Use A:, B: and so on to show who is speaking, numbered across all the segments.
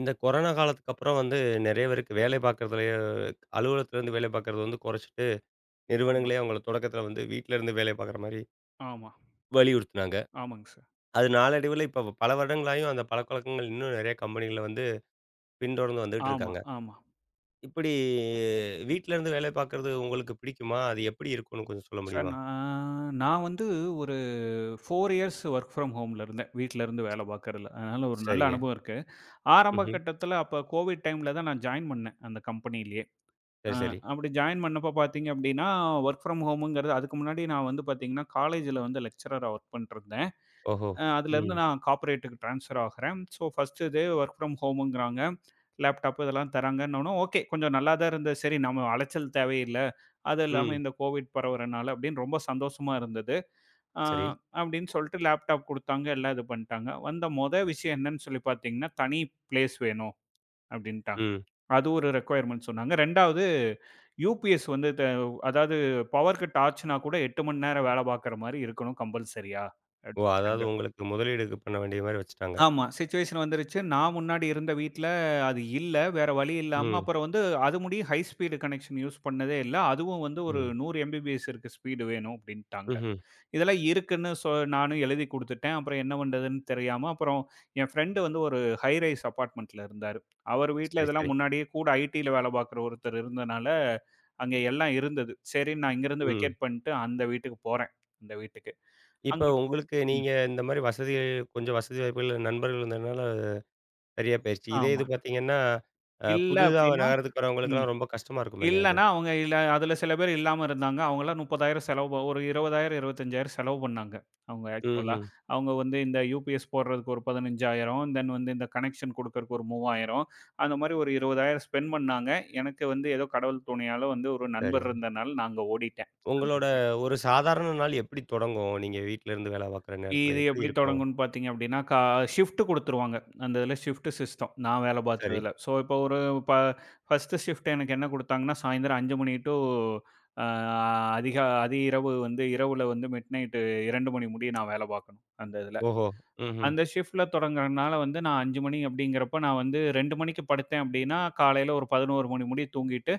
A: இந்த கொரோனா காலத்துக்கு அப்புறம் வந்து நெறைய பேருக்கு வேலை பார்க்குறதுலயே அலுவலகத்துலேருந்து வேலை பார்க்குறது வந்து குறைச்சிட்டு,
B: ஆமா,
A: நிறுவனங்களே அவங்கள தொடக்கத்தில வந்து வீட்லருந்து வேலை பார்க்குற மாரி
B: ஆமா.
A: வலியுறுத்துனாங்க.
B: ஆமாங்க சார்.
A: அது நாளடைவில இப்ப பல வருடங்களாயும் அந்த பழக்கவழக்கங்கள் இன்னும் நெறைய கம்பெனிகள்ல வந்து பின்தொடர்ந்து வந்துட்டு
B: ஆமா,
A: இருக்காங்க.
B: ஆமா.
A: இப்படி வீட்லருந்து வேலை பார்க்குறது உங்களுக்கு பிடிக்குமா? அது எப்படி இருக்கும்னு கொஞ்சம் சொல்ல
B: சார்
A: முடியுமா?
B: நான் நான் வந்து ஒரு 4 இயர்ஸ் வொர்க் ஃப்ரம் ஹோம்ல இருந்தேன். வீட்ல இருந்து வேலை பார்க்கறதுல. அதனால ஒரு நல்ல
A: சரிங்க.
B: அனுபவம் இருக்கு. ஆரம்ப
A: ம்ஹ்ம்.
B: கட்டத்தில அப்ப கோவிட் டைம்ல தான் நான் ஜாயின் பண்ணேன், அந்த கம்பெனியிலயே. அ
A: சரி, சரி.
B: அப்படி ஜாயின் பண்ணப்ப பார்த்தீங்க அப்படின்னா, வொர்க் ஃப்ரம் ஹோம்ங்கிறது அதுக்கு முன்னாடி நான் வந்து பார்த்தீங்கன்னா, காலேஜ்ல வந்து லெக்சரரா வொர்க் பண்ணிட்டுருந்தேன்.
A: ஓஹோ!
B: அதுலேருந்து
A: ம்.
B: நான் கார்ப்பரேட்டுக்கு ட்ரான்ஸ்ஃபர் ஆகுறேன். ஸோ ஃபர்ஸ்ட்டு இது ஒர்க் ஃப்ரம் ஹோமுங்கிறாங்க. லேப்டாப் இதெல்லாம் தராங்கன்னோனே, ஓகே கொஞ்சம் நல்லா தான் இருந்தது. சரி நம்ம அலைச்சல் தேவையில்ல. அது இல்லாம
A: ம்.
B: இந்த கோவிட் பரவுறனால அப்படின்னு ரொம்ப சந்தோஷமா இருந்தது. ஆ
A: சரி.
B: அப்படின்னு சொல்லிட்டு லேப்டாப் குடுத்தாங்க. எல்லாம் இது பண்ணிட்டாங்க. வந்த மொத விஷயம் என்னன்னு சொல்லி பார்த்தீங்கன்னா, தனி பிளேஸ் வேணும் அப்படின்ட்டாங்க.
A: ம்.
B: அது ஒரு ரெக்வயர்மென்ட் சொன்னாங்க. 2வது யுபிஎஸ் வந்து அதாவது பவர் கட் ஆச்சுனா கூட 8 மணி நேரம் வேலை பார்க்குற மாரி இருக்கணும் கம்பல்சரியா
A: ஓ! அதாவது
B: அப்படின்ட்டாங்க.
A: உங்களுக்கு முதலீடுக்கு பண்ண வேண்டிய மாரி வச்சுட்டாங்க.
B: ஆமா. சிச்சுவேஷன் வந்துருச்சு. நான் முன்னாடி இருந்த வீட்ல அது இல்ல. வேற வழி இல்லாம
A: ம்.
B: அப்புறம் வந்து அது முடிய ஹை ஸ்பீடு கனெக்ஷன் யூஸ் பண்ணதே இல்ல. அதுவும் வந்து ஒரு
A: ம்.
B: 100 எம்பிபிஎஸ் இருக்க ஸ்பீடு வேணும் அப்டின்ட்டாங்க.
A: ம்ஹ்ம்.
B: இதெல்லாம் இருக்குன்னு சொ நானும் எழுதி குடுத்துட்டேன். அப்புறம் என்ன பண்றதுன்னு தெரியாம அப்புறம் என் ஃப்ரெண்ட் வந்து ஒரு ஹை ரைஸ் அபார்ட்மெண்ட்ல இருந்தாரு. அவர் வீட்ல
A: சரி, சரி.
B: இதெல்லாம் முன்னாடியே கூட ஐடில வேல பார்க்குற ஒருத்தர் இருந்தனால, அங்க எல்லாம் இருந்தது. சரின்னு நான் இங்கருந்து
A: ம்.
B: வெக்கேட் பண்ட்டு அந்த வீட்டுக்கு போறேன். அந்த வீட்டுக்கு.
A: இப்ப
B: அங்க
A: உங்களுக்கு
B: ம்.
A: நீங்க இந்த மாரி வசதி கொஞ்சம் வசதி வாய்ப்புகள் நண்பர்கள் இருந்ததுனால சரியா போயிருச்சு. இதே
B: ஆமா.
A: இது பார்த்தீங்கன்னா,
B: இல்ல
A: புதிதா
B: அப்டின்னா
A: நகரத்துக்கு
B: ம்.
A: வரவங்களுக்கெல்லாம் ரொம்ப கஷ்டமா இருக்கும் இல்லையா அது?
B: இல்லன்னா, அவங்க இல்ல அதுல சில பேர் இல்லாம இருந்தாங்க. அவங்கலாம் 30,000 செலவு ஒரு 20,000, 25,000 செலவு பண்ணாங்க. அவங்க ஆக்சுவலா.
A: ம்ஹ்ம்.
B: அவங்க வந்து இந்த யுபிஎஸ் போடுறதுக்கு ஒரு 15,000 தென் வந்து இந்த கனெக்ஷன் குடுக்கறக்கு ஒரு 3,000 அந்த மாரி ஒரு 20,000 ஸ்பெண்ட் பண்ணாங்க. எனக்கு வந்து ஏதோ கடவுள் துணையால வந்து ஒரு
A: சரி.
B: நண்பர் இருந்தனால நான் அங்க ஓடிட்டேன். அந்த
A: உங்களோட
B: இதுக்கு.
A: ஒரு சாதாரண நாள் எப்படி தொடங்கும்? நீங்க வீட்ல இருந்து வேலை பார்க்குற நேரத்தில
B: இது
A: எப்படி
B: எப்படி
A: இருக்கும்?
B: தொடங்கும்ன்னு பார்த்தீங்க அப்படின்னா, ஷிஃப்ட் குடுத்துருவாங்க. அந்த இதில ஷிஃப்ட் சிஸ்டம். நான் வேலை
A: சரி.
B: பார்த்ததுல. ஸோ, இப்போ ஒரு ப ஃபர்ஸ்ட்டு ஷிஃப்ட் எனக்கு என்ன குடுத்தாங்கன்னா, சாயந்திரம் 5 மணி டூ அ அதிக அதி இரவு வந்து இரவுல வந்து மிட்நைட் 2 மணி முடிய நான் வேலை பார்க்கணும், அந்த இதில.
A: ஓஹோ! ம்ஹ்ம்.
B: அந்த ஷிஃப்ட்ல தொடங்குறனால வந்து நான் 5 மணி அப்படிங்கிறப்ப, நான் வந்து 2 மணிக்கு படுத்தேன் அப்படின்னா, காலையில ஒரு 11 மணி முடிய தூங்கிட்டு,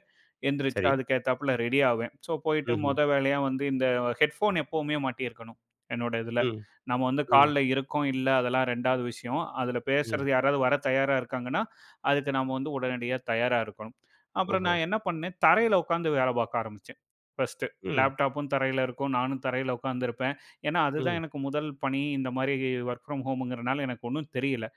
B: எந்திரிச்சு
A: சரி.
B: அதுக்கு ஏத்தாப்புல ரெடி ஆவேன். ஸோ போயிட்டு
A: ம்ஹ்ம்.
B: மொத வேலையா வந்து இந்த ஹெட்ஃபோன் எப்பவுமே மாட்டியிருக்கணும், என்னோட இதுல.
A: ம்.
B: நம்ம வந்து
A: ம்.
B: கால்ல இருக்கோம், இல்ல அதெல்லாம் 2வது விஷயம். அதுல
A: ம்.
B: பேசுறது யாராவது வர தயாரா இருக்காங்கன்னா, அதுக்கு நாம வந்து உடனடியா தயாரா இருக்கணும். அப்புறம்
A: ஓஹோ!
B: நான் என்ன பண்ணேன், தரையில உட்காந்து வேலை பார்க்க ஆரம்பிச்சேன். ஃபர்ஸ்ட்டு
A: ம்.
B: லேப்டாப்பும் தரையில இருக்கும். நானும் தரையில உட்காந்துருப்பேன். ஏன்னா, அதுதான்
A: ம்.
B: எனக்கு முதல் பணி. இந்த மாரி வொர்க் ஃப்ரம் ஹோம்ங்கிறனால எனக்கு ஒண்ணும் தெரியல.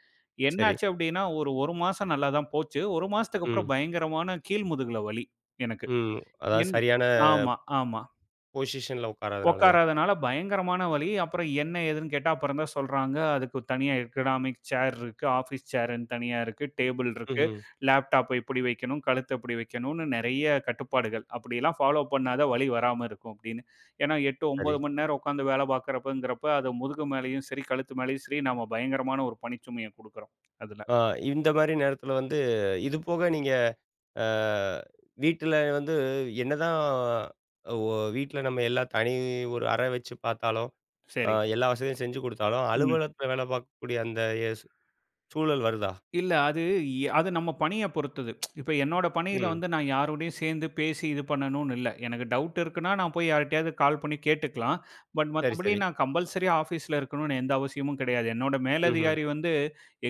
A: சரி.
B: என்னாச்சு அப்டின்னா, ஒரு 1 மாசம் நல்லா தான் போச்சு. 1 மாசத்துக்கு அப்புறம்
A: ம்.
B: பயங்கரமான கீழ் முதுகுல வலி எனக்கு.
A: ம். அதாவது
B: என்
A: சரியான
B: ஆமா, ஆமா.
A: பொசிஷன்ல உட்காராதனாலயா?
B: உட்காராதனால பயங்கரமான வலி. அப்புறம் என்ன ஏதுன்னு கேட்டா அப்புறம் தான் சொல்றாங்க, அதுக்கு தனியா எக்கனாமிக் சேர் இருக்கு, ஆஃபீஸ் சேர்ன்னு தனியா இருக்கு, டேபிள் இருக்கு,
A: ம்ஹ்ம்.
B: லேப்டாப்ப இப்படி வைக்கணும், கழுத்த இப்படி வைக்கணும்னு நெறைய கட்டுப்பாடுகள். அப்படிலாம் ஃபாலோ பண்ணாத வலி வராம இருக்கும் அப்படின்னு. ஏன்னா 8,
A: சரி.
B: 9 மணி நேரம் உட்காந்து வேலை பார்க்குறப்பங்கிறப்ப, அது முதுகு மேலயும் சரி, கழுத்து மேலயும் சரி, நாம பயங்கரமான ஒரு பணிச்சுமைய குடுக்குறோம் அதுல.
A: ஆ இந்த மாரி நேரத்தில வந்து இது போக நீங்க அ வீட்டில வந்து என்னதான் ஒ வீட்ல நம்ம எல்லா தனி ஒரு அறை வச்சு பார்த்தாலும்,
B: சரி.
A: எல்லா வசதியும் செஞ்சு குடுத்தாலும்,
B: ம்.
A: அலுவலகத்தில வேலை பார்க்கக்கூடிய அந்த எஸ் சூழல் வருதா?
B: இல்ல. அது அது நம்ம பணிய பொறுத்தது. இப்ப என்னோட பணியில
A: ம்.
B: வந்து நான் யாரோடையும் சேர்ந்து பேசி இது பண்ணணும்னு இல்ல. எனக்கு டவுட் இருக்குன்னா, நான் போய் யார்ட்டயாவது கால் பண்ணி கேட்டுக்கலாம். பட்
A: சரி,
B: மத்தபடி
A: சரி.
B: நான் கம்பல்சரியா ஆஃபீஸ்ல இருக்கணும்னு எந்த அவசியமும் கிடையாது. என்னோட
A: ம்ஹ்ம்.
B: மேலதிகாரி வந்து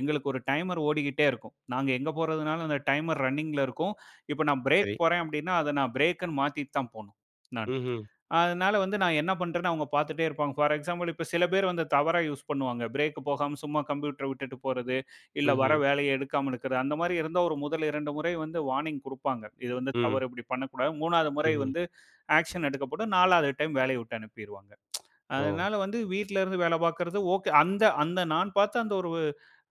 B: எங்களுக்கு ஒரு டைமர் ஓடிக்கிட்டே இருக்கும். நாங்க எங்க போறதுனாலும் அந்த டைமர் ரன்னிங்ல இருக்கும். இப்ப நான் பிரேக்
A: சரி.
B: போறேன் அப்டின்னா, அத நான் பிரேக்குன்னு மாத்திட்டு தான் போணும் நானு.
A: ம்ஹ்ம்.
B: அதனால வந்து நான் என்ன பண்றேன்னு அவங்க பார்த்துட்டே இருப்பாங்க. ஃபார் எக்ஸாம்பிள் இப்ப சில பேர் வந்து தவறா யூஸ் பண்ணுவாங்க. பிரேக் போகாம சும்மா கம்ப்யூட்டர விட்டுட்டு போறது, இல்ல வர
A: ம்ஹ்ம்.
B: வேலைய எடுக்காம இருக்கிறது. அந்த மாரி இருந்தா ஒரு முதல் 2 முறை வந்து வார்னிங் குடுப்பாங்க. இது வந்து
A: ம்.
B: தவறு இப்படி பண்ணக்கூடாது. 3வது முறை
A: ம்ஹ்ம்.
B: வந்து ஆக்ஷன் எடுக்கப்படும். 4வது டைம் வேலைய விட்டு அனுப்பிருவாங்க.
A: ஓ!
B: அதனால வந்து வீட்ல இருந்து வேலை பார்க்கறது ஓகே. அந்த அந்த நான் பார்த்த அந்த ஒரு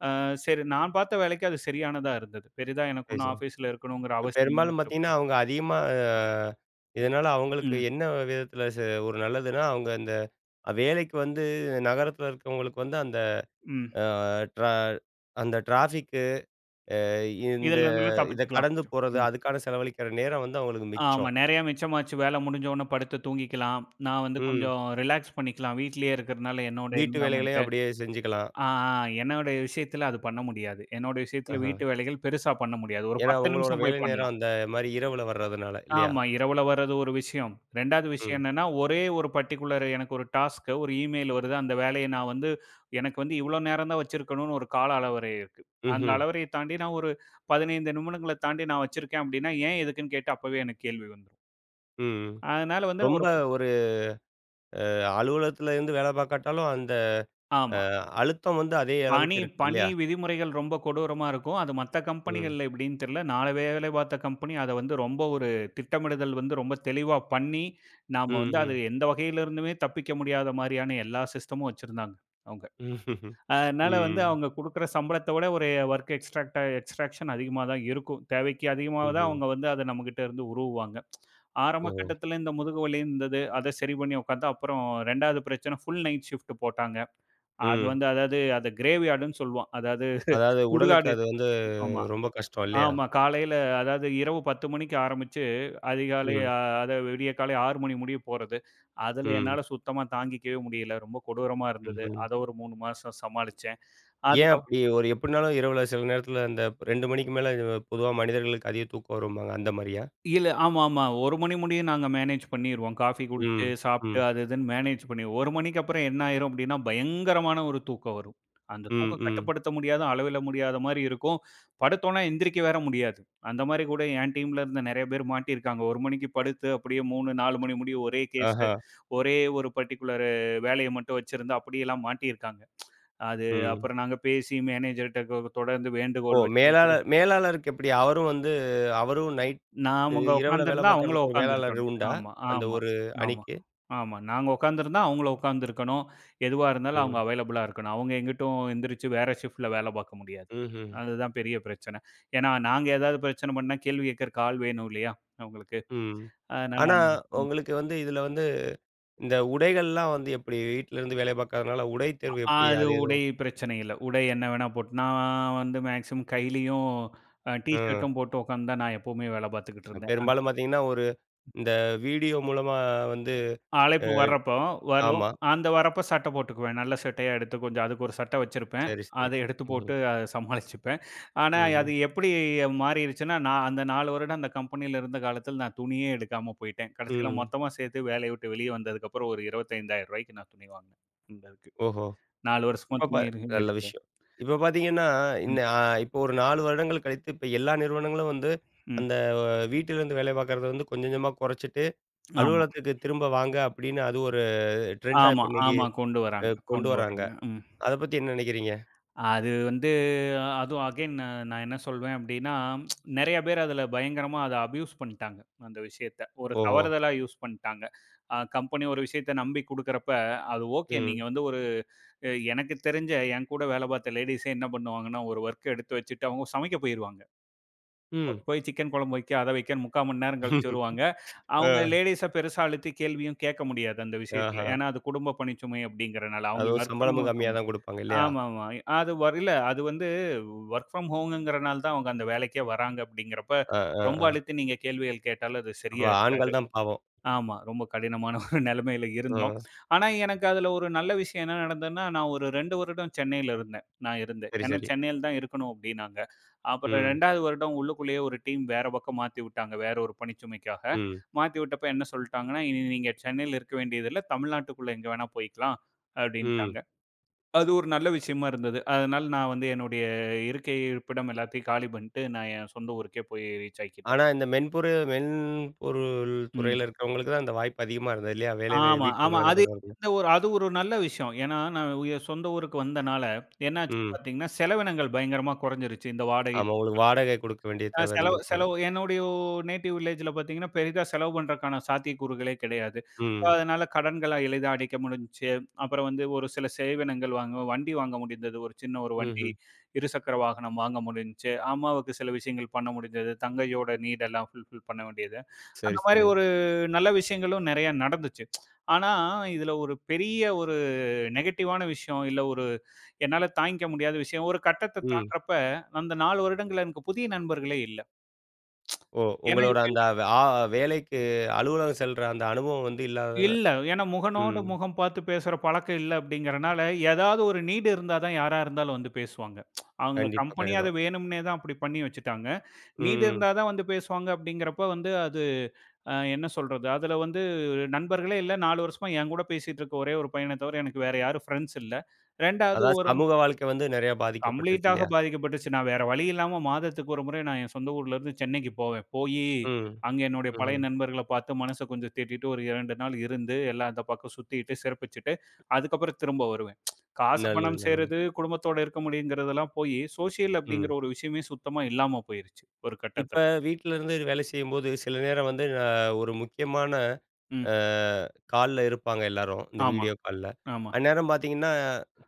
B: அ சரி நான் பார்த்த வேலைக்கு அது சரியானதா இருந்தது. பெரிதா எனக்கு
A: சரி,
B: ஒண்ணும்
A: சரி.
B: ஆஃபீஸ்ல இருக்கணுங்கிற
A: இப்ப
B: அவசியம் இல்லை.
A: பெரும்பாலும் பார்த்தீங்கன்னா, அவங்க அதிகமா இதனால அவங்களுக்கு
B: ம்,
A: என்ன விதத்தில ஒரு நல்லதுன்னா, அவங்க இந்த வேலைக்கு வந்து நகரத்தில இருக்கிறவங்களுக்கு வந்து அந்த
B: ம்.
A: அ ட்ரா அந்த டிராஃபிக்கு இந்த
B: இதுல இருந்தெல்லாம்
A: இத
B: தப்பிச்சுக்கலாம்
A: கடந்து
B: கொஞ்சம்.
A: போறது, அதுக்கான செலவழிக்கிற நேரம் வந்து அவங்களுக்கு
B: ஆமா.
A: மிச்சம்.
B: நெறையா மிச்சமாச்சு. வேல முடிஞ்ச உடனே படுத்து தூங்கிக்கலாம். நான் வந்து
A: ம்.
B: கொஞ்சம் ரிலாக்ஸ் பண்ணிக்கலாம். வீட்லயே இருக்கிறனால என்னோட
A: வீட்டு வேலைகளையும்
B: என்விரான்மென்ட்டு.
A: அப்படியே செஞ்சுக்கலாம்.
B: ஆ, ஆ என்னோட விஷயத்துல அது பண்ண முடியாது. என்னோட விஷயத்துல
A: ஆஹ.
B: வீட்டு வேலைகள் பெருசா பண்ண முடியாது. ஒரு
A: ஏன்னா
B: 10
A: உங்களோட
B: நிமிஷம் போய்
A: வேலை நேரம்
B: பண்ணலாம்.
A: அந்த மாரி இரவுல வர்றதுனால இல்லையா?
B: ஆமா. இரவுல வர்றது ஒரு விஷயம். 2வது விஷயம்
A: ம்.
B: என்னன்னா, ஒரே ஒரு பர்ட்டிகுலர் எனக்கு ஒரு டாஸ்க் ஒரு இமெயில் வருது. அந்த வேலைய நான் வந்து எனக்கு வந்து இவ்ளோ நேரம் தான் வச்சிருக்கணும்னு ஒரு கால அளவரை இருக்கு. அந்த
A: ம்ஹ்ம்.
B: அளவரைய தாண்டி நான் ஒரு 15 நிமிடங்கள தாண்டி நான் வச்சிருக்கேன் அப்டின்னா, ஏன் எதுக்குன்னு கேட்டு அப்பவே எனக்கு கேள்வி வந்துரும்.
A: ம்.
B: அதனால வந்து நான்
A: ரொம்ப
B: ஒரு
A: ஒரு அலுவலகத்துல இருந்து வேலை பார்க்காட்டாலும் அந்த அ
B: ஆமா.
A: அழுத்தம் வந்து அதே
B: பணி
A: அளவுக்கு இருக்கு
B: பணி
A: இல்லையா?
B: விதிமுறைகள் ரொம்ப கொடூரமா இருக்கும். அது மத்த
A: ம்.
B: கம்பெனிகள்ல எப்படின்னு தெரியல. நான் வேலை பார்த்த கம்பெனி அத வந்து ரொம்ப ஒரு திட்டமிடுதல் வந்து ரொம்ப தெளிவா பண்ணி, நாம வந்து அது
A: ம்ஹ்ம்.
B: எந்த வகையிலிருந்துமே தப்பிக்க முடியாத மாரியான எல்லா சிஸ்டமும் வச்சிருந்தாங்க. அவுங்க. அதனால வந்து
A: ம்.
B: அவங்க குடுக்குற சம்பளத்த விட ஒரு வொர்க் எக்ஸ்ட்ராக்ஷன் அதிகமா தான் இருக்கும். தேவைக்கு அதிகமா தான்
A: ம்ஹ்ம்.
B: அவங்க வந்து அத நம்மகிட்ட இருந்து உருவுவாங்க. ஆரம்ப
A: ஓஹோ!
B: கட்டத்தில இந்த முதுகு வலி இருந்தது. அத சரி பண்ணி உட்காந்தா, அப்புறம் 2வது பிரச்சனை ஃபுல் நைட் ஷிஃப்ட் போட்டாங்க. அது
A: ம்.
B: வந்து அதாவது அத கிரேவ்யார்டுன்னு சொல்லுவோம். அதாவது
A: அதாவது உடலுக்கு
B: சுடுகாடு.
A: அது வந்து
B: ஆமா.
A: ரொம்ப கஷ்டம் இல்லையா?
B: ஆமா. காலையில அதாவது இரவு 10 மணிக்கு ஆரம்பிச்சு, அதிகாலை
A: ம்.
B: அத விடியற்காலை 6 மணி முடிய போறது. அதுல
A: ம்.
B: என்னால சுத்தமா தாங்கிக்கவே முடியல. ரொம்ப கொடூரமா இருந்தது.
A: ம்ஹ்ம்.
B: அத ஒரு 3 மாசம் சமாளிச்சேன்.
A: ஏன்
B: அதுக்கப்புறம்
A: அப்படி ஒரு எப்படினாலும் இரவுல சில நேரத்துல அந்த 2 மணிக்கு மேல பொதுவா மனிதர்களுக்கு அதிக தூக்கம் வரும்பாங்க. அந்த மாரியா?
B: இல்ல. ஆமாமா. 1 மணி முடிய நாங்க மேனேஜ் பண்ணிருவோம். காஃபி குடிச்சு,
A: ம்.
B: சாப்ட்டு
A: ம்.
B: அது இதுன்னு மேனேஜ் பண்ணி 1 மணிக்கு அப்புறம் என்ன ஆயிரும் அப்டின்னா, பயங்கரமான ஒரு தூக்கம் வரும். அந்த
A: ம்.
B: தூக்கம்
A: ம்.
B: கட்டுப்படுத்த முடியாத, அளவிட முடியாத மாரி இருக்கும். படுத்தோம்னா எந்திரிக்க வேற முடியாது. அந்த மாரி கூட என் டீம்ல இருந்த நெறைய பேர் மாட்டியிருக்காங்க. 1 மணிக்கு படுத்து அப்படியே 3, 4 மணி முடிய ஒரே கேஸு,
A: ஆஹா.
B: ஒரே ஒரு பர்ட்டிகுலர் வேலைய மட்டும் வச்சிருந்து அப்படியெல்லாம் மாட்டியிருக்காங்க. அது
A: ம்.
B: அப்புறம் நாங்க பேசி மேனேஜர்ட்ட தொடர்ந்து
A: ஓ!
B: வேண்டுகோள் வச்சு
A: மேலாளருக்கு எப்படி? அவரும் வந்து அவரும் நைட்டு
B: நாமங்க
A: இரவுல வேலை
B: உட்கார்ந்திருந்தா அவங்களும்
A: பார்க்கறதுக்கு ஒரு மேலாளர்
B: உட்கார்ந்திருக்கணும்.
A: உண்டா?
B: ஆமா,
A: அந்த
B: ஆமா,
A: ஒரு
B: ஆமா,
A: அணிக்கு?
B: ஆமா. நாங்க உட்கார்ந்திருந்தா அவங்களும் உட்கார்ந்திருக்கணும். எதுவா இருந்தாலும் அவங்க
A: ம்.
B: அவைலபிளா இருக்கணும். அவங்க எங்கிட்டும் எந்திரிச்சு வேற ஷிஃப்ட்ல வேல பார்க்க முடியாது.
A: ம்ஹ்ம்.
B: அதுதான் பெரிய பிரச்சனை. ஏன்னா, நாங்க ஏதாவது பிரச்சனை பண்ணா கேள்வி கேட்கறக்கு ஆள் வேணும் இல்லையா அவங்களுக்கு.
A: ம்.
B: அதனால
A: ஆனா
B: அந்த ம்.
A: உங்களுக்கு வந்து இதுல வந்து இந்த உடைகள்லாம் வந்து எப்படி? வீட்ல இருந்து வேலை பார்க்கறதுனால உடை தேர்வு எப்படி?
B: அது
A: அது
B: உடை
A: எதுவும்
B: பிரச்சனை இல்ல. உடை என்ன வேணா போட்டு நான் வந்து மேக்ஸிமம் கையிலயும் டீ
A: ம்.
B: ஷர்ட்டும் போட்டு உட்கார்ந்து தான் நான் எப்பவுமே வேல பார்த்துக்கிட்டு இருந்தேன்.
A: பெரும்பாலும் பார்த்தீங்கன்னா, ஒரு இந்த வீடியோ மூலமா வந்து அ
B: அழைப்பு வர்றப்போ வரும்.
A: ஆமா.
B: அந்த வரப்ப சட்ட போட்டுக்குவேன். நல்ல சட்டையா எடுத்து கொஞ்சம் அதுக்கு ஒரு சட்டை வச்சிருப்பேன்.
A: சரி, சரி.
B: அத எடுத்து போட்டு
A: ம்ஹ்ம்.
B: அத சமாளிச்சுப்பேன். ஆனா,
A: ம்ஹ்ம்.
B: அது எப்படி மாறிருச்சுன்னா, நான் அந்த 4 வருடம் அந்த கம்பெனியில இருந்த காலத்துல நான் துணியே எடுக்காம போயிட்டேன். கடைசியில
A: ம்.
B: மொத்தமா சேர்த்து வேலைய விட்டு வெளிய வந்ததுக்கப்புறம் ஒரு ரூ. 25,000 நான் துணி வாங்கினேன். இந்த இதுக்கு.
A: ஓஹோ!
B: 4 வருஷமா
A: இப்ப பா
B: துணி இருக்கு.
A: நல்ல
B: வெளியே.
A: விஷயம். இப்ப பார்த்தீங்கன்னா,
B: ம்,
A: இன்ன அ இப்போ ஒரு 4 வருடங்கள் கழித்து இப்ப எல்லா நிறுவனங்களும் வந்து,
B: ம்.
A: அந்த வீட்டிலிருந்து வேலை பார்க்கறத வந்து கொஞ்சம் கொஞ்சமா குறைச்சிட்டு,
B: ஆமா,
A: அலுவலகத்துக்கு திரும்ப வாங்க அப்படின்னு அது ஒரு ட்ரெண்டா
B: ஆமா,
A: இப்ப இன்னைக்கு
B: ஆமா. கொண்டு வராங்க,
A: கொண்டு
B: கொண்டு
A: வராங்க.
B: வராங்க. ம்.
A: அத பத்தி என்ன நினைக்கிறீங்க?
B: அது வந்து அதுவும் அகைன் நான் என்ன சொல்வேன் அப்படின்னா, நெறைய பேர் அதுல பயங்கரமா அத அப்யூஸ் பண்ணிட்டாங்க. அந்த விஷயத்த. ஒரு
A: ஓஹோ!
B: தவறுதலா யூஸ் பண்ணிட்டாங்க. கம்பெனி ஒரு விஷயத்த நம்பி குடுக்குறப்ப, அது ஓகே நீங்க
A: ம்.
B: வந்து ஒரு அ எனக்கு தெரிஞ்ச என் கூட வேலை பார்த்த லேடீஸே என்ன பண்ணுவாங்கன்னா, ஒரு ஒர்க் எடுத்து வச்சுட்டு அவங்க சமைக்க போயிருவாங்க.
A: ம்.
B: போய் சிக்கன் குழம்பு வைக்க, அத வைக்கன்னு 3/4 மணி நேரம் கழிச்சு வருவாங்க. அவங்க
A: அ.
B: லேடீஸ பெருசா அழுத்தி கேள்வியும் கேட்க முடியாது அந்த விஷயத்துல.
A: ஆஹா.
B: ஏன்னா அது குடும்ப பணிச்சுமை அப்படிங்கிறனால. அவங்க
A: அதுவும்
B: வொர்க் ஃப்ரம்
A: சம்பளமும் கம்மியா தான் குடுப்பாங்க இல்லையா?
B: ஆமாமா. அது இல்ல அது வந்து வொர்க் ஃப்ரம் ஹோம்ங்கிறனால தான் அவங்க அந்த வேலைக்கே வராங்க அப்படிங்கிறப்ப,
A: அ, அ,
B: ரொம்ப
A: அ.
B: அழுத்தி நீங்க கேள்விகள் கேட்டாலும் அது
A: அப்ப
B: சரியா இருக்காது.
A: ஆண்கள் தான் பாவம்.
B: ஆமா. ரொம்ப கடினமான ஒரு நிலைமையில
A: அ.
B: இருந்தோம். ஆனா எனக்கு அதுல ஒரு நல்ல விஷயம் என்ன நடந்ததுன்னா, நான் ஒரு 2 வருடம் சென்னையில இருந்தேன். நான் இருந்தேன்.
A: சரி,
B: ஏன்னா
A: சரி.
B: சென்னையில தான் இருக்கணும் அப்படின்னாங்க. அப்புறம்
A: ம்.
B: 2வது வருடம் உள்ளுக்குள்ளேயே ஒரு டீம் வேற பக்கம் மாத்தி விட்டாங்க. வேற ஒரு பணிச்சுமைக்காக.
A: ம்.
B: மாத்தி விட்டப்ப என்ன சொல்ட்டாங்கன்னா, "இனி நீங்க சென்னையில இருக்க வேண்டியதில்ல. தமிழ்நாட்டுக்குள்ள எங்க வேணா போய்க்கலாம்"
A: ம்.
B: அப்படின்ட்டாங்க. அது ஒரு நல்ல விஷயமா இருந்தது. அதனால நான் வந்து என்னுடைய இருப்பிடம் எல்லாத்தையும் காலி பண்ணிட்டு, நான் என் சொந்த ஊருக்கே போய் ரீச் ஆகிக்கிட்டேன்.
A: ஆனா, இந்த மென்பொருள்
B: ம்.
A: துறையில இருக்கிறவங்களுக்கு தான் இந்த வாய்ப்பு அதிகமா இருந்தது இல்லையா? வேலை வே
B: ஆமா,
A: வீட்ல
B: ஆமா.
A: இருந்து வேலை
B: அது
A: பார்க்கறதுக்கு.
B: எந்த ஒரு அது ஒரு நல்ல விஷயம். ஏன்னா, நான் என் சொந்த ஊருக்கு வந்தனால, என்னாச்சு
A: ம்.
B: பார்த்தீங்கன்னா, செலவினங்கள் பயங்கரமா குறைஞ்சிருச்சு. இந்த வாடகை
A: ஆமா உங்களுக்கு வாடகை குடுக்க வேண்டிய
B: அ
A: தேவை
B: செலவு
A: இருந்திருக்காது.
B: செலவு என்னுடைய நேட்டிவ் வில்லேஜ்ல பார்த்தீங்கன்னா, பெரிதா செலவு பண்றதுக்கான சாத்தியக்கூறுகளே கிடையாது. ஸோ
A: ம்.
B: அதனால கடன்கள எளிதா அடைக்க முடிஞ்சுச்சு. அப்புறம் வந்து ஒரு சில சேவினங்கள் வண்டி வாங்க முடிந்தது. ஒரு சின்ன ஒரு வண்டி,
A: ம்ஹ்ம்.
B: இருசக்கர வாகனம் வாங்க முடிஞ்சுச்சு. அம்மாவுக்கு சில விஷயங்கள் பண்ண முடிஞ்சது. தங்கையோட நீட் எல்லாம் ஃபுல்ஃபில் பண்ண வேண்டியது. அந்த
A: சரி,
B: மாரி
A: சரி.
B: ஒரு நல்ல விஷயங்களும் நெறைய நடந்துச்சு. ஆனா, இதுல ஒரு பெரிய ஒரு நெகட்டிவான விஷயம், இல்ல ஒரு என்னால தாங்கிக்க முடியாத விஷயம், ஒரு கட்டத்த
A: ம்.
B: தாண்டுறப்ப, அந்த 4 வருடங்கள்ல எனக்கு புதிய நண்பர்களே இல்ல.
A: ஓ!
B: ஏன்னா
A: உங்களோட
B: இவங்க
A: அந்த
B: எல்லாருக்கும்
A: வே- ஆ வேலைக்கு அலுவலகம் செல்ற அந்த அனுபவம் வந்து இல்லாதது
B: இல்ல. ஏன்னா முகனோட
A: ம்.
B: முகம் பார்த்து பேசுற பழக்கம் இல்ல அப்படிங்கிறனால, ஏதாவது ஒரு நீடு இருந்தா தான் யாரா இருந்தாலும் வந்து பேசுவாங்க. அந்த
A: கண்டிப்பா,
B: கம்பெனி
A: கண்டிப்பா.
B: அத வேணும்னே தான் அப்படி பண்ணி வச்சுட்டாங்க. நீடு
A: ம்.
B: இருந்தா தான் வந்து பேசுவாங்க அப்படிங்கிறப்ப வந்து அது என்ன சொல்றது? அதுல வந்து நண்பர்களே இல்ல. 4 வருஷமா என் கூட பேசிட்டு இருக்க ஒரே ஒரு பையன தவிர எனக்கு வேற யாரும் ஃப்ரெண்ட்ஸ் இல்ல. 2வது
A: அதாவது
B: ஒரு
A: சமூக வாழ்க்கை வந்து நெறையா பாதிக்கப்பட்டிருக்கு
B: கம்ப்ளீட்டாக
A: இல்லையா?
B: பாதிக்கப்பட்டுச்சு. நான் வேற வழி இல்லாம மாதத்துக்கு ஒரு முறை நான் என் சொந்த ஊர்ல இருந்து சென்னைக்கு போவேன். போயி
A: ம்.
B: அங்க என்னுடைய பழைய
A: ம்ஹ்ம்.
B: நண்பர்கள பார்த்து மனச கொஞ்சம் தேத்திட்டு ஒரு 2 நாள் இருந்து, எல்லாம் அந்த பக்கம் சுத்திட்டு, சிறப்பிச்சுட்டு, அதுக்கப்புறம் திரும்ப வருவேன். காசு,
A: நல்லது,
B: பணம்
A: நல்லது.
B: சேர்றது, குடும்பத்தோட இருக்க முடியுங்கிறதெல்லாம் போயி, சோசியல் அப்படிங்கிற
A: ம்.
B: ஒரு விஷயமே சுத்தமா இல்லாம போயிருச்சு ஒரு
A: இப்ப
B: கட்டத்துல.
A: வீட்ல இருந்து வேலை செய்யும்போது, சில நேரம் வந்து ஒரு முக்கியமான அ
B: ம்.
A: கால்ல இருப்பாங்க எல்லாரும். இந்த
B: ஆமா,
A: வீடியோ கால்ல.
B: ஆமா,
A: அந்நேரம் பார்த்தீங்கன்னா,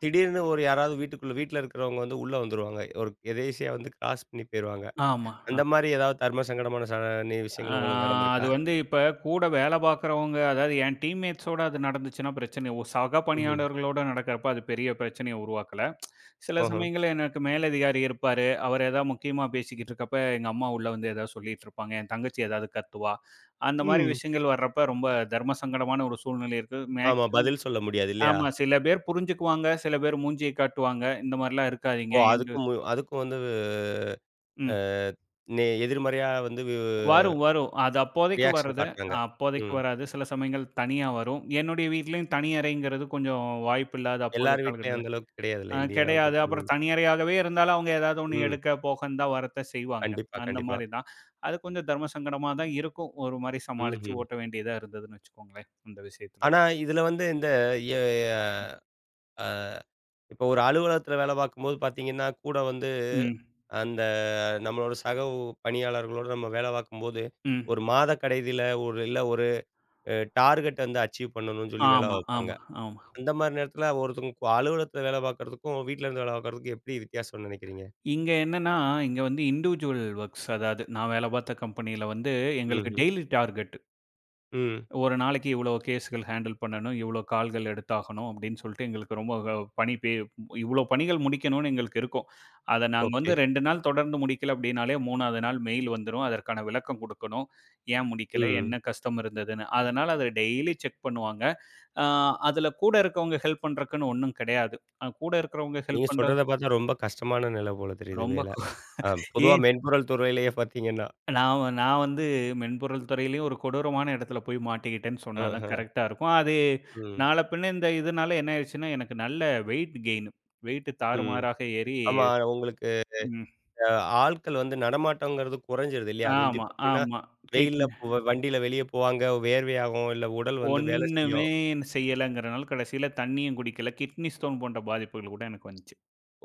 A: திடீர்னு ஒரு யாராவது வீட்டுக்குள்ள வீட்ல இருக்கிறவங்க வந்து உள்ள வந்துருவாங்க. ஒரு எதேர்ச்சையா வந்து கிராஸ் பண்ணி போயிருவாங்க.
B: ஆமா. ஆ.
A: அந்த மாரி ஏதாவது தர்ம சங்கடமான ச நி
B: ஆ
A: விஷயங்கள் உங்களுக்கு
B: அது
A: நடந்திருக்கா?
B: வந்து இப்ப கூட வேல பார்க்குறவங்க, அதாவது என் டீம்மேட்ஸோட அது நடந்துச்சுன்னா பிரச்சனை. சக
A: ம்ஹ்ம்.
B: பணியாளர்களோட நடக்கிறப்ப அது பெரிய பிரச்சனைய உருவாக்கல. சில
A: ஓஹோ!
B: சமயங்கள்ல எனக்கு மேலதிகாரி இருப்பாரு. அவர் ஏதாவது முக்கியமா பேசிக்கிட்டு இருக்கப்ப, எங்க அம்மா உள்ள வந்து ஏதாவது சொல்லிட்டு இருப்பாங்க. என் தங்கச்சி ஏதாவது கத்துவா. அந்த மாரி
A: ம்.
B: விஷயங்கள் வர்றப்ப ரொம்ப தர்ம சங்கடமான ஒரு சூழ்நிலை இருக்கு.
A: ஆமா.
B: மேக்ஸிமம்
A: பதில் சொல்ல முடியாது இல்லையா?
B: ஆமா. சில பேர் புரிஞ்சுக்குவாங்க. சில பேர் மூஞ்சிய காட்டுவாங்க. இந்த மாரிலாம் இருக்காதீங்க.
A: ஓ!
B: என்று
A: அதுக்கும் அதுக்கும் வந்து அ
B: ம்.
A: நே எதிர்மறையா வந்து
B: வரும், வரும். அது அப்போதைக்கு
A: ரியாக்ஷன்
B: வர்றது.
A: காட்டுறாங்க.
B: அப்போதைக்கு
A: ம்.
B: வராது. சில சமயங்கள் தனியா வரும். என்னுடைய வீட்லயும் தனி அறைங்கிறது கொஞ்சம் வாய்ப்பில்லாத அப்போதைய
A: எல்லார் வீட்லயும்
B: காலகட்டத்துல
A: அந்த அளவுக்கு கிடையாதுல்ல, இந்தியாவ
B: கிடையாது. அப்புறம்
A: பொறுத்தவரைக்கும்.
B: தனியறையாகவே இருந்தாலும் அவங்க ஏதாவது ஒண்ணு
A: ம்.
B: எடுக்க, போகன்னு தான் வரத்த செய்வாங்க.
A: கண்டிப்பா,
B: அந்த
A: கண்டிப்பா.
B: மாரி தான். அது கொஞ்சம் தர்ம சங்கடமா தான் இருக்கும். ஒரு மாரி சமாளிச்சு
A: ம்ஹ்ம்.
B: ஓட்ட வேண்டியதா இருந்ததுன்னு வச்சுக்கோங்களேன், அந்த விஷயத்துல.
A: ஆனா இதுல வந்து இந்த எ அ இப்போ ஒரு அலுவலகத்துல வேலை பார்க்கும்போது பார்த்தீங்கன்னா, கூட வந்து
B: ம்,
A: அந்த நம்மளோட சக பணியாளர்களோட நம்ம வேலை பார்க்கும்போது,
B: ம்.
A: ஒரு மாத கடைசியில ஒரு இல்ல ஒரு டார்கெட் வந்து அச்சீவ் பண்ணணும்னு சொல்லி வேலை
B: ஆமா,
A: பார்ப்பாங்க.
B: ஆமா, ஆமா.
A: அந்த மாரி நேரத்துல ஒருத்தவங்க அலுவலகத்துல வேலை பார்க்கறதுக்கும், வீட்ல இருந்து வேலை பார்க்கறதுக்கும் எப்படி வித்தியாசம்னு நினைக்கிறீங்க?
B: இங்க என்னன்னா, இங்க வந்து இண்டிவிஜுவல் ஒர்க்ஸ் அதாவது நான் வேலை பார்த்த கம்பெனியில வந்து எங்களுக்கு
A: ம்ஹ்ம்.
B: Daily target.
A: ம்.
B: ஒரு நாளைக்கு இவ்வளோ கேஸ்கள் ஹேண்டில் பண்ணணும், இவ்வளோ கால்கள் எடுத்தாகணும் அப்படின்னு சொல்லிட்டு எங்களுக்கு ரொம்ப க பணி பே இவ்வளோ பணிகள் முடிக்கணும்னு எங்களுக்கு இருக்கும். அத நாங்க
A: ஓகே.
B: வந்து 2 நாள் தொடர்ந்து முடிக்கல அப்படின்னாலே 3வது நாள் மெயில் வந்துரும். அதற்கான விளக்கம் குடுக்கணும். ஏன் முடிக்கல?
A: ம்.
B: என்ன கஷ்டம் இருந்ததுன்னு? அதனால அத டெய்லி செக் பண்ணுவாங்க. ஆ அதில கூட இருக்கவங்க ஹெல்ப் பண்றதுக்குன்னு ஒண்ணும் கிடையாது. கூட இருக்கிறவங்க
A: நீங்க
B: ஹெல்ப் பண்றது
A: சொல்றத பார்த்தா ரொம்ப கஷ்டமான நிலை போல தெரியுது
B: ரொம்ப
A: வேலை. அ பொதுவா
B: ஏன்
A: மென்பொருள் துறையிலேயே பார்த்தீங்கன்னா.
B: நான் வந்து மென்பொருள் துறையிலயும் ஒரு கொடூரமான இடத்துல போய் மாட்டிக்கிட்டேன்னு சொன்னா தான்
A: ஆஹா.
B: கரெக்ட்டா இருக்கும். அது
A: ம்.
B: நாள பின்ன இந்த இதனால என்ன ஆயிருச்சுன்னா, எனக்கு நல்ல வெயிட் கெயின். வெயிட்
A: ம்.
B: தாறுமாறாக ஏறி
A: ஆமா. உங்களுக்கு
B: ம்.
A: அ ஆட்கள் வந்து நடமாட்டம்ங்கிறது குறைஞ்சிருது இல்லையா? முந்தி
B: ஆமா,
A: பார்த்தீங்கன்னா,
B: ஆமா.
A: வெயில்ல
B: கிட்னி
A: போ வண்டியில வெளிய போவாங்க. வேர்வையாகும். இல்ல உடல் வந்து வேலை
B: ஒண்ணுமே
A: செய்யும்.
B: செய்யலங்கிறனால கடைசியில தண்ணியும் குடிக்கல. கிட்னி ஸ்டோன் போன்ற பாதிப்புகள் கூட எனக்கு வந்துச்சு.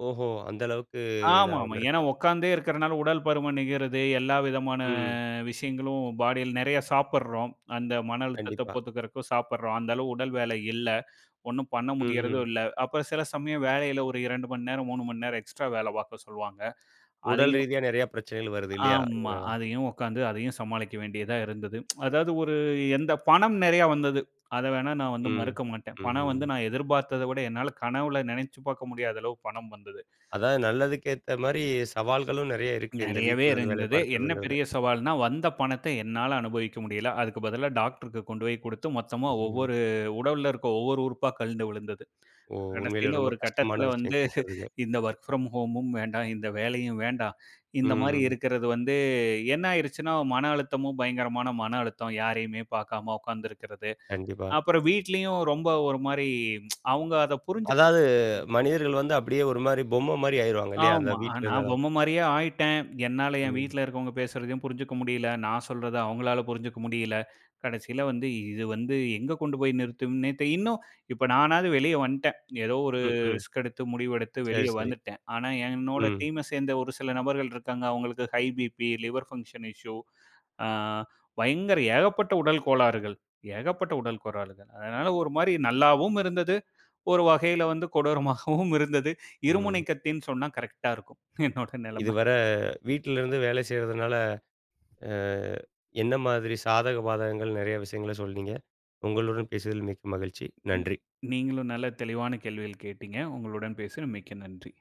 A: ஓஹோ! அந்த அளவுக்கு
B: ஆமா,
A: இதா
B: ஆமா. ஏன்னா
A: இருந்திருக்கு.
B: உட்கார்ந்தே இருக்கிறனால உடல் பருமன் நிகருது. எல்லா விதமான
A: ம்.
B: விஷயங்களும் பாடியில நெறைய சாப்பிடுறோம். அந்த மன அழுத்தத்த
A: கண்டிப்பா.
B: போத்துக்கிறதுக்கும் சாப்பிடுறோம். அந்த அளவு உடல் வேலை இல்ல. ஒண்ணும் பண்ண
A: ம், ம்.
B: முடியறதும் இல்ல. அப்புறம் சில சமயம் வேலையில ஒரு 2 மணி நேரம், 3 மணி நேரம் எக்ஸ்ட்ரா வேலை பார்க்க சொல்லுவாங்க.
A: உடல்
B: அதையும்
A: ரீதியா நெறைய பிரச்சனைகள் வருது இல்லையா?
B: ஆமா.
A: இதனால.
B: அதையும் உட்காந்து அதையும் சமாளிக்க வேண்டியதா இருந்தது. அதாவது ஒரு எந்த பணம் நெறையா வந்தது. அத வேணா நான் வந்து
A: ம்.
B: மறுக்க மாட்டேன். பணம் வந்து
A: ம்ஹ்ம்.
B: நான் எதிர்பார்த்தத விட என்னால கனவுல நெனைச்சு பார்க்க முடியாத அளவு பணம் வந்தது.
A: அதாவது நல்லதுக்கு ஏத்த மாரி சவால்களும் நெறைய இருக்கு. இந்த
B: நெறையவே
A: வீட்ல இருந்து வேலை
B: இருந்தது. என்ன
A: பார்க்கிறதுங்கிறது.
B: பெரிய சவால்னா, வந்த பணத்த என்னால அனுபவிக்க முடியல. அதுக்கு பதிலா டாக்டருக்கு கொண்டு போய் குடுத்து மொத்தமா
A: ம்ஹ்ம்.
B: ஒவ்வொரு உடல்ல இருக்க ஒவ்வொரு உறுப்பா கழண்டு விழுந்தது.
A: ஓ! உண்மையிலே
B: கடைசியில
A: ரொம்ப
B: ஒரு
A: கஷ்டமான
B: கட்டத்தில வந்து
A: விஷயம் கேட்கறதுக்கு.
B: இந்த வொர்க் ஃப்ரம் ஹோமும் வேண்டாம். இந்த வேலையும் வேண்டாம். இந்த மாரி
A: ம். ம்.
B: இருக்கிறது வந்து என்ன ஆயிருச்சுன்னா, மன அழுத்தமும் பயங்கரமான மன அழுத்தம். யாரையுமே பார்க்காம உட்கார்ந்திருக்கிறது.
A: கண்டிப்பா.
B: அப்புறம் வீட்லயும் ரொம்ப ஒரு மாரி அவங்க அத புரிஞ்சுக்கல.
A: அதாவது மனிதர்கள் வந்து அப்படியே ஒரு மாரி பொம்மை மாரி ஆயிருவாங்க இல்லையா? அந்த
B: ஆமா.
A: வீட்ல
B: நான்
A: இருந்தாலும்.
B: பொம்மை மாரியே ஆயிட்டேன். என்னால என்
A: ம்.
B: வீட்ல இருக்கவங்க பேசுறதையும் புரிஞ்சுக்க முடியல. நான் சொல்றத அவங்களால புரிஞ்சுக்க முடியல. கடைசியில வந்து இது வந்து எங்க கொண்டு போய் நிறுத்தும்னே இன்னும் இப்ப நானாவது வெளிய வந்துட்டேன். ஏதோ ஒரு
A: ம், ம்.
B: ரிஸ்க் எடுத்து முடிவெடுத்து
A: சரி,
B: வெளிய
A: சரி.
B: வந்துட்டேன். ஆனா என்னோட
A: ம்,
B: டீம சேர்ந்த ஒரு சில நபர்கள் இருக்காங்க. அவங்களுக்கு high BP, liver function issue, ஆ பயங்கர ஏகப்பட்ட உடல் கோளாறுகள். ஏகப்பட்ட உடல் கோளாறுகள். அதனால ஒரு மாரி நல்லாவும் இருந்தது. ஒரு வகையில வந்து கொடூரமாகவும் இருந்தது.
A: ம்.
B: இருமுனை கத்தின்னு சொன்னா கரெக்ட்டா இருக்கும். என்னோட நிலைமை.
A: இதுவரை வீட்ல இருந்து வேலை செய்றதுனால, அ என்ன மாதிரி சாதக, பாதகங்கள் நெறைய விஷயங்கள சொன்னீங்க. உங்களுடன் பேசியதில் மிக்க மகிழ்ச்சி. நன்றி.
B: நீங்களும் நல்ல தெளிவான கேள்விகள் கேட்டீங்க. உங்களுடன் பேசின மிக்க நன்றி.